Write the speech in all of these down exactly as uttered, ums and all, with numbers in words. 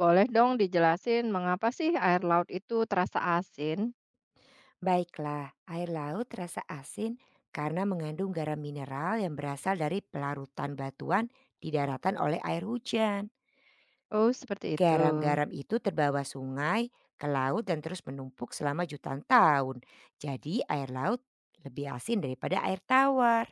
Boleh dong dijelasin mengapa sih air laut itu terasa asin? Baiklah, air laut terasa asin karena mengandung garam mineral yang berasal dari pelarutan batuan di daratan oleh air hujan. Oh, seperti itu. Garam-garam itu terbawa sungai ke laut dan terus menumpuk selama jutaan tahun. Jadi air laut lebih asin daripada air tawar.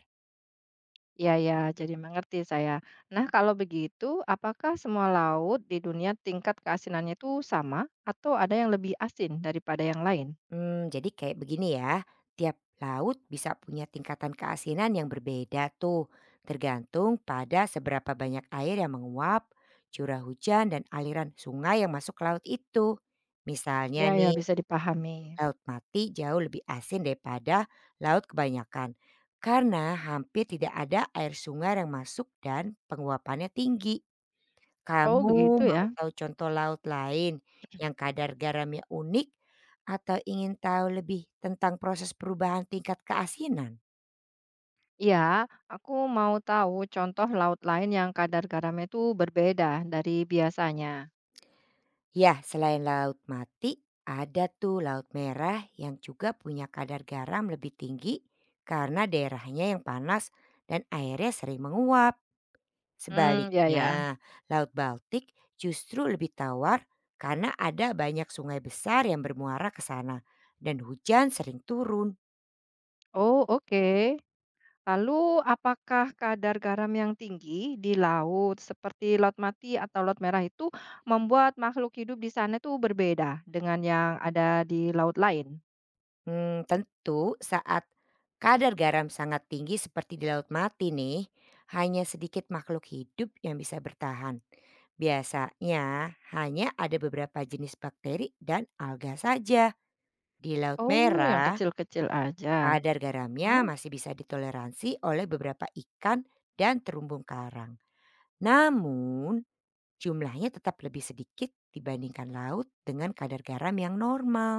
Ya, ya, jadi mengerti saya. Nah, kalau begitu, apakah semua laut di dunia tingkat keasinannya itu sama atau ada yang lebih asin daripada yang lain? Mmm, jadi kayak begini ya, tiap laut bisa punya tingkatan keasinan yang berbeda tuh, tergantung pada seberapa banyak air yang menguap, curah hujan, dan aliran sungai yang masuk ke laut itu. Misalnya Ya, ya, nih, bisa dipahami. laut mati jauh lebih asin daripada laut kebanyakan, karena hampir tidak ada air sungai yang masuk dan penguapannya tinggi. Oh, Kamu begitu mau ya. tahu contoh laut lain yang kadar garamnya unik atau ingin tahu lebih tentang proses perubahan tingkat keasinan? Ya aku mau tahu contoh laut lain yang kadar garamnya itu berbeda dari biasanya. Ya, selain laut mati, ada tuh laut merah yang juga punya kadar garam lebih tinggi karena daerahnya yang panas dan airnya sering menguap. Hmm, ya, ya. Sebaliknya, laut Baltik justru lebih tawar karena ada banyak sungai besar yang bermuara ke sana dan hujan sering turun. Oh, oke. Lalu, apakah kadar garam yang tinggi di laut, seperti laut mati atau laut merah itu, membuat makhluk hidup di sana itu berbeda dengan yang ada di laut lain? Hmm, tentu saat kadar garam sangat tinggi seperti di laut mati nih, hanya sedikit makhluk hidup yang bisa bertahan. Biasanya hanya ada beberapa jenis bakteri dan alga saja. Di laut Oh, yang merah, kecil-kecil aja. kadar garamnya Hmm. masih bisa ditoleransi oleh beberapa ikan dan terumbu karang. Namun, jumlahnya tetap lebih sedikit dibandingkan laut dengan kadar garam yang normal.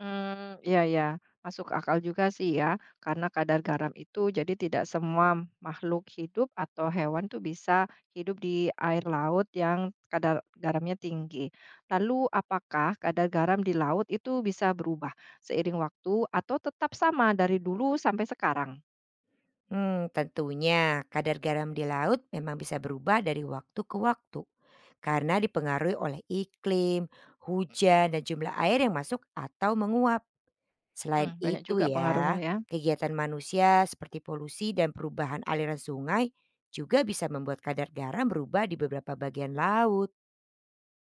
Hmm, ya ya masuk akal juga sih ya, karena kadar garam itu jadi tidak semua makhluk hidup atau hewan tuh bisa hidup di air laut yang kadar garamnya tinggi. Lalu apakah kadar garam di laut itu bisa berubah seiring waktu atau tetap sama dari dulu sampai sekarang? Hmm, tentunya kadar garam di laut memang bisa berubah dari waktu ke waktu karena dipengaruhi oleh iklim, hujan, dan jumlah air yang masuk atau menguap. Selain Mmm, banyak itu juga pengaruhnya ya, ya. kegiatan manusia seperti polusi dan perubahan aliran sungai juga bisa membuat kadar garam berubah di beberapa bagian laut.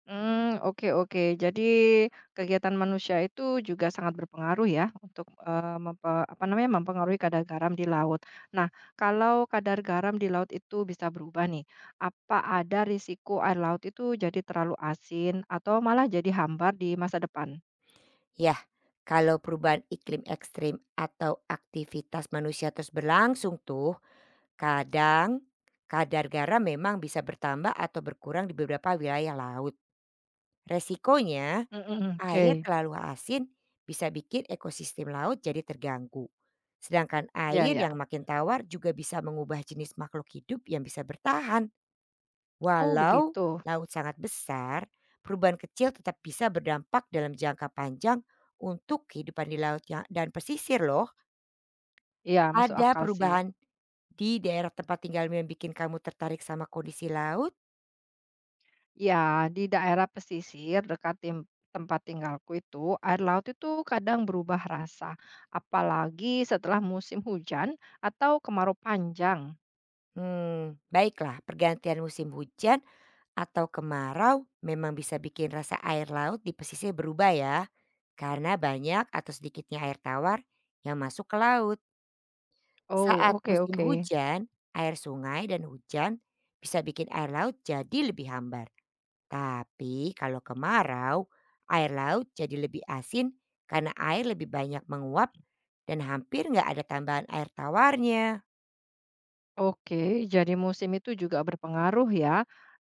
Hmm, oke oke. Jadi kegiatan manusia itu juga sangat berpengaruh ya untuk, eee, mempe apa namanya, mempengaruhi kadar garam di laut. Nah, kalau kadar garam di laut itu bisa berubah nih, apa ada risiko air laut itu jadi terlalu asin atau malah jadi hambar di masa depan? Yah, kalau perubahan iklim ekstrim atau aktivitas manusia terus berlangsung tuh, kadang, kadar garam memang bisa bertambah atau berkurang di beberapa wilayah laut. Resikonya, Mhm, oke. air terlalu asin bisa bikin ekosistem laut jadi terganggu. Sedangkan Ya air ya. yang makin tawar juga bisa mengubah jenis makhluk hidup yang bisa bertahan. Oh Walau begitu. laut sangat besar, perubahan kecil tetap bisa berdampak dalam jangka panjang untuk kehidupan di laut yang- dan pesisir loh. Ya masuk Ada akal sih. perubahan di daerah tempat tinggalmu yang bikin kamu tertarik sama kondisi laut? Ya, di daerah pesisir dekat tim- tempat tinggalku itu, air laut itu kadang berubah rasa, apalagi setelah musim hujan atau kemarau panjang. Hmm, baiklah, pergantian musim hujan atau kemarau memang bisa bikin rasa air laut di pesisir berubah ya, karena banyak atau sedikitnya air tawar yang masuk ke laut. Oh, Saat oke, musim oke. hujan, air sungai dan hujan bisa bikin air laut jadi lebih hambar. Tapi kalau kemarau, air laut jadi lebih asin karena air lebih banyak menguap dan hampir nggak ada tambahan air tawarnya. Oke, jadi musim itu juga berpengaruh ya.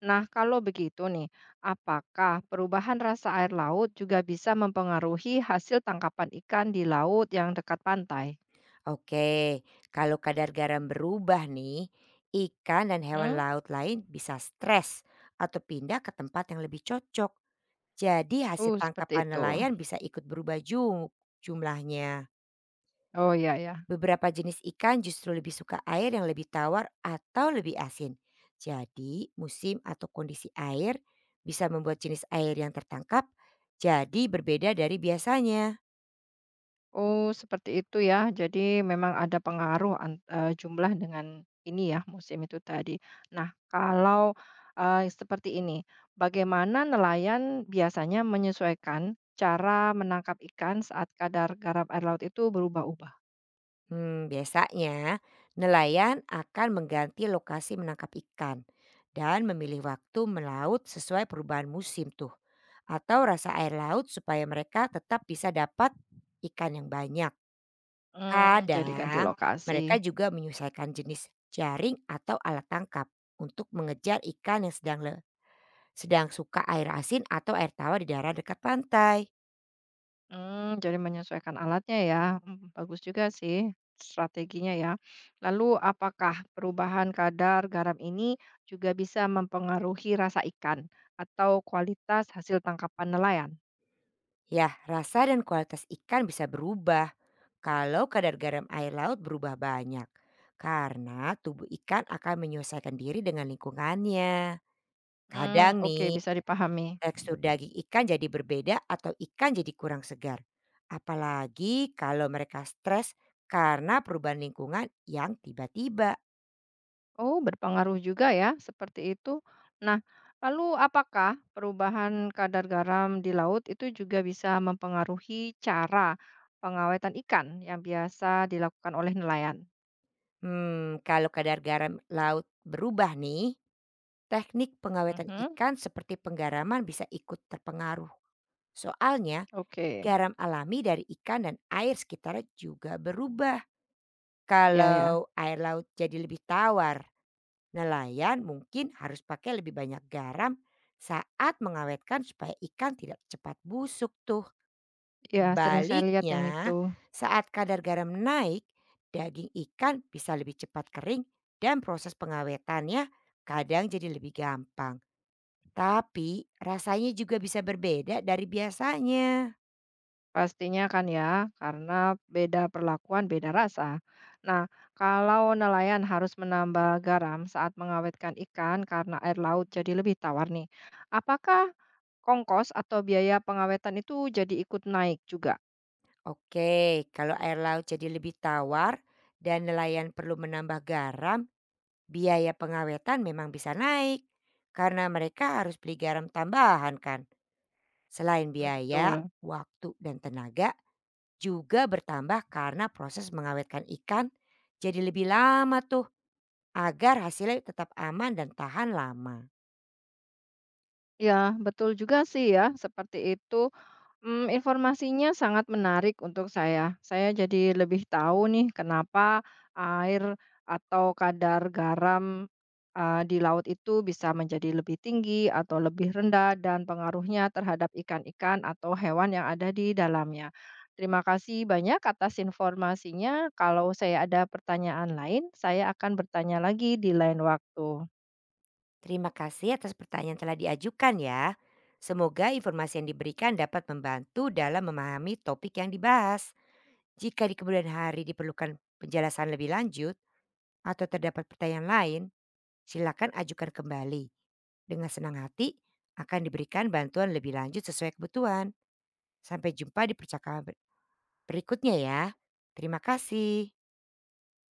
Nah, kalau begitu nih, apakah perubahan rasa air laut juga bisa mempengaruhi hasil tangkapan ikan di laut yang dekat pantai? Oke, kalau kadar garam berubah nih, ikan dan hewan Hmm? laut lain bisa stres atau pindah ke tempat yang lebih cocok. Jadi hasil Uh, seperti tangkapan itu. nelayan bisa ikut berubah ju- jumlahnya. Oh, ya, ya. Beberapa jenis ikan justru lebih suka air yang lebih tawar atau lebih asin. Jadi musim atau kondisi air bisa membuat jenis air yang tertangkap jadi berbeda dari biasanya. Oh, seperti itu ya. Jadi memang ada pengaruh an- eh, jumlah dengan ini ya, musim itu tadi. Nah, kalau eh, seperti ini, bagaimana nelayan biasanya menyesuaikan cara menangkap ikan saat kadar garam air laut itu berubah-ubah? Hmm, biasanya nelayan akan mengganti lokasi menangkap ikan dan memilih waktu melaut sesuai perubahan musim tuh atau rasa air laut supaya mereka tetap bisa dapat ikan yang banyak. Hmm, jadi ganti Kadang lokasi. mereka juga menyesuaikan jenis jaring atau alat tangkap untuk mengejar ikan yang sedang le- sedang suka air asin atau air tawar di daerah dekat pantai. Mmm, jadi menyesuaikan alatnya ya, mmm, bagus juga sih strateginya ya. Lalu apakah perubahan kadar garam ini juga bisa mempengaruhi rasa ikan atau kualitas hasil tangkapan nelayan? Ya, rasa dan kualitas ikan bisa berubah kalau kadar garam air laut berubah banyak, karena tubuh ikan akan menyesuaikan diri dengan lingkungannya. Hmm, Kadang oke nih, bisa dipahami. tekstur daging ikan jadi berbeda atau ikan jadi kurang segar. Apalagi kalau mereka stres karena perubahan lingkungan yang tiba-tiba. Oh, berpengaruh juga ya seperti itu. Nah, lalu apakah perubahan kadar garam di laut itu juga bisa mempengaruhi cara pengawetan ikan yang biasa dilakukan oleh nelayan? Hmm, kalau kadar garam laut berubah nih, teknik pengawetan Mhm, ikan seperti penggaraman bisa ikut terpengaruh. Soalnya oke. garam alami dari ikan dan air sekitarnya juga berubah. Ya, ya, Kalau air laut jadi lebih tawar, nelayan mungkin harus pakai lebih banyak garam saat mengawetkan supaya ikan tidak cepat busuk tuh. ya sering saya lihat yang Sebaliknya, itu. saat kadar garam naik, daging ikan bisa lebih cepat kering dan proses pengawetannya kadang jadi lebih gampang. Tapi rasanya juga bisa berbeda dari biasanya. Pastinya kan ya, karena beda perlakuan, beda rasa. Nah, kalau nelayan harus menambah garam saat mengawetkan ikan karena air laut jadi lebih tawar nih, apakah kongkos atau biaya pengawetan itu jadi ikut naik juga? Oke, kalau air laut jadi lebih tawar dan nelayan perlu menambah garam, biaya pengawetan memang bisa naik karena mereka harus beli garam tambahan kan. Selain Hmm, biaya, betul. waktu dan tenaga juga bertambah karena proses mengawetkan ikan jadi lebih lama tuh agar hasilnya tetap aman dan tahan lama. Ya, betul juga sih ya, seperti itu. Mmm, informasinya sangat menarik untuk saya. Saya jadi lebih tahu nih kenapa air atau kadar garam, eee, di laut itu bisa menjadi lebih tinggi atau lebih rendah dan pengaruhnya terhadap ikan-ikan atau hewan yang ada di dalamnya. Terima kasih banyak atas informasinya. Kalau saya ada pertanyaan lain, saya akan bertanya lagi di lain waktu. Terima kasih atas pertanyaan yang telah diajukan ya. Semoga informasi yang diberikan dapat membantu dalam memahami topik yang dibahas. Jika di kemudian hari diperlukan penjelasan lebih lanjut atau terdapat pertanyaan lain, silakan ajukan kembali. Dengan senang hati akan diberikan bantuan lebih lanjut sesuai kebutuhan. Sampai jumpa di percakapan berikutnya ya. Terima kasih.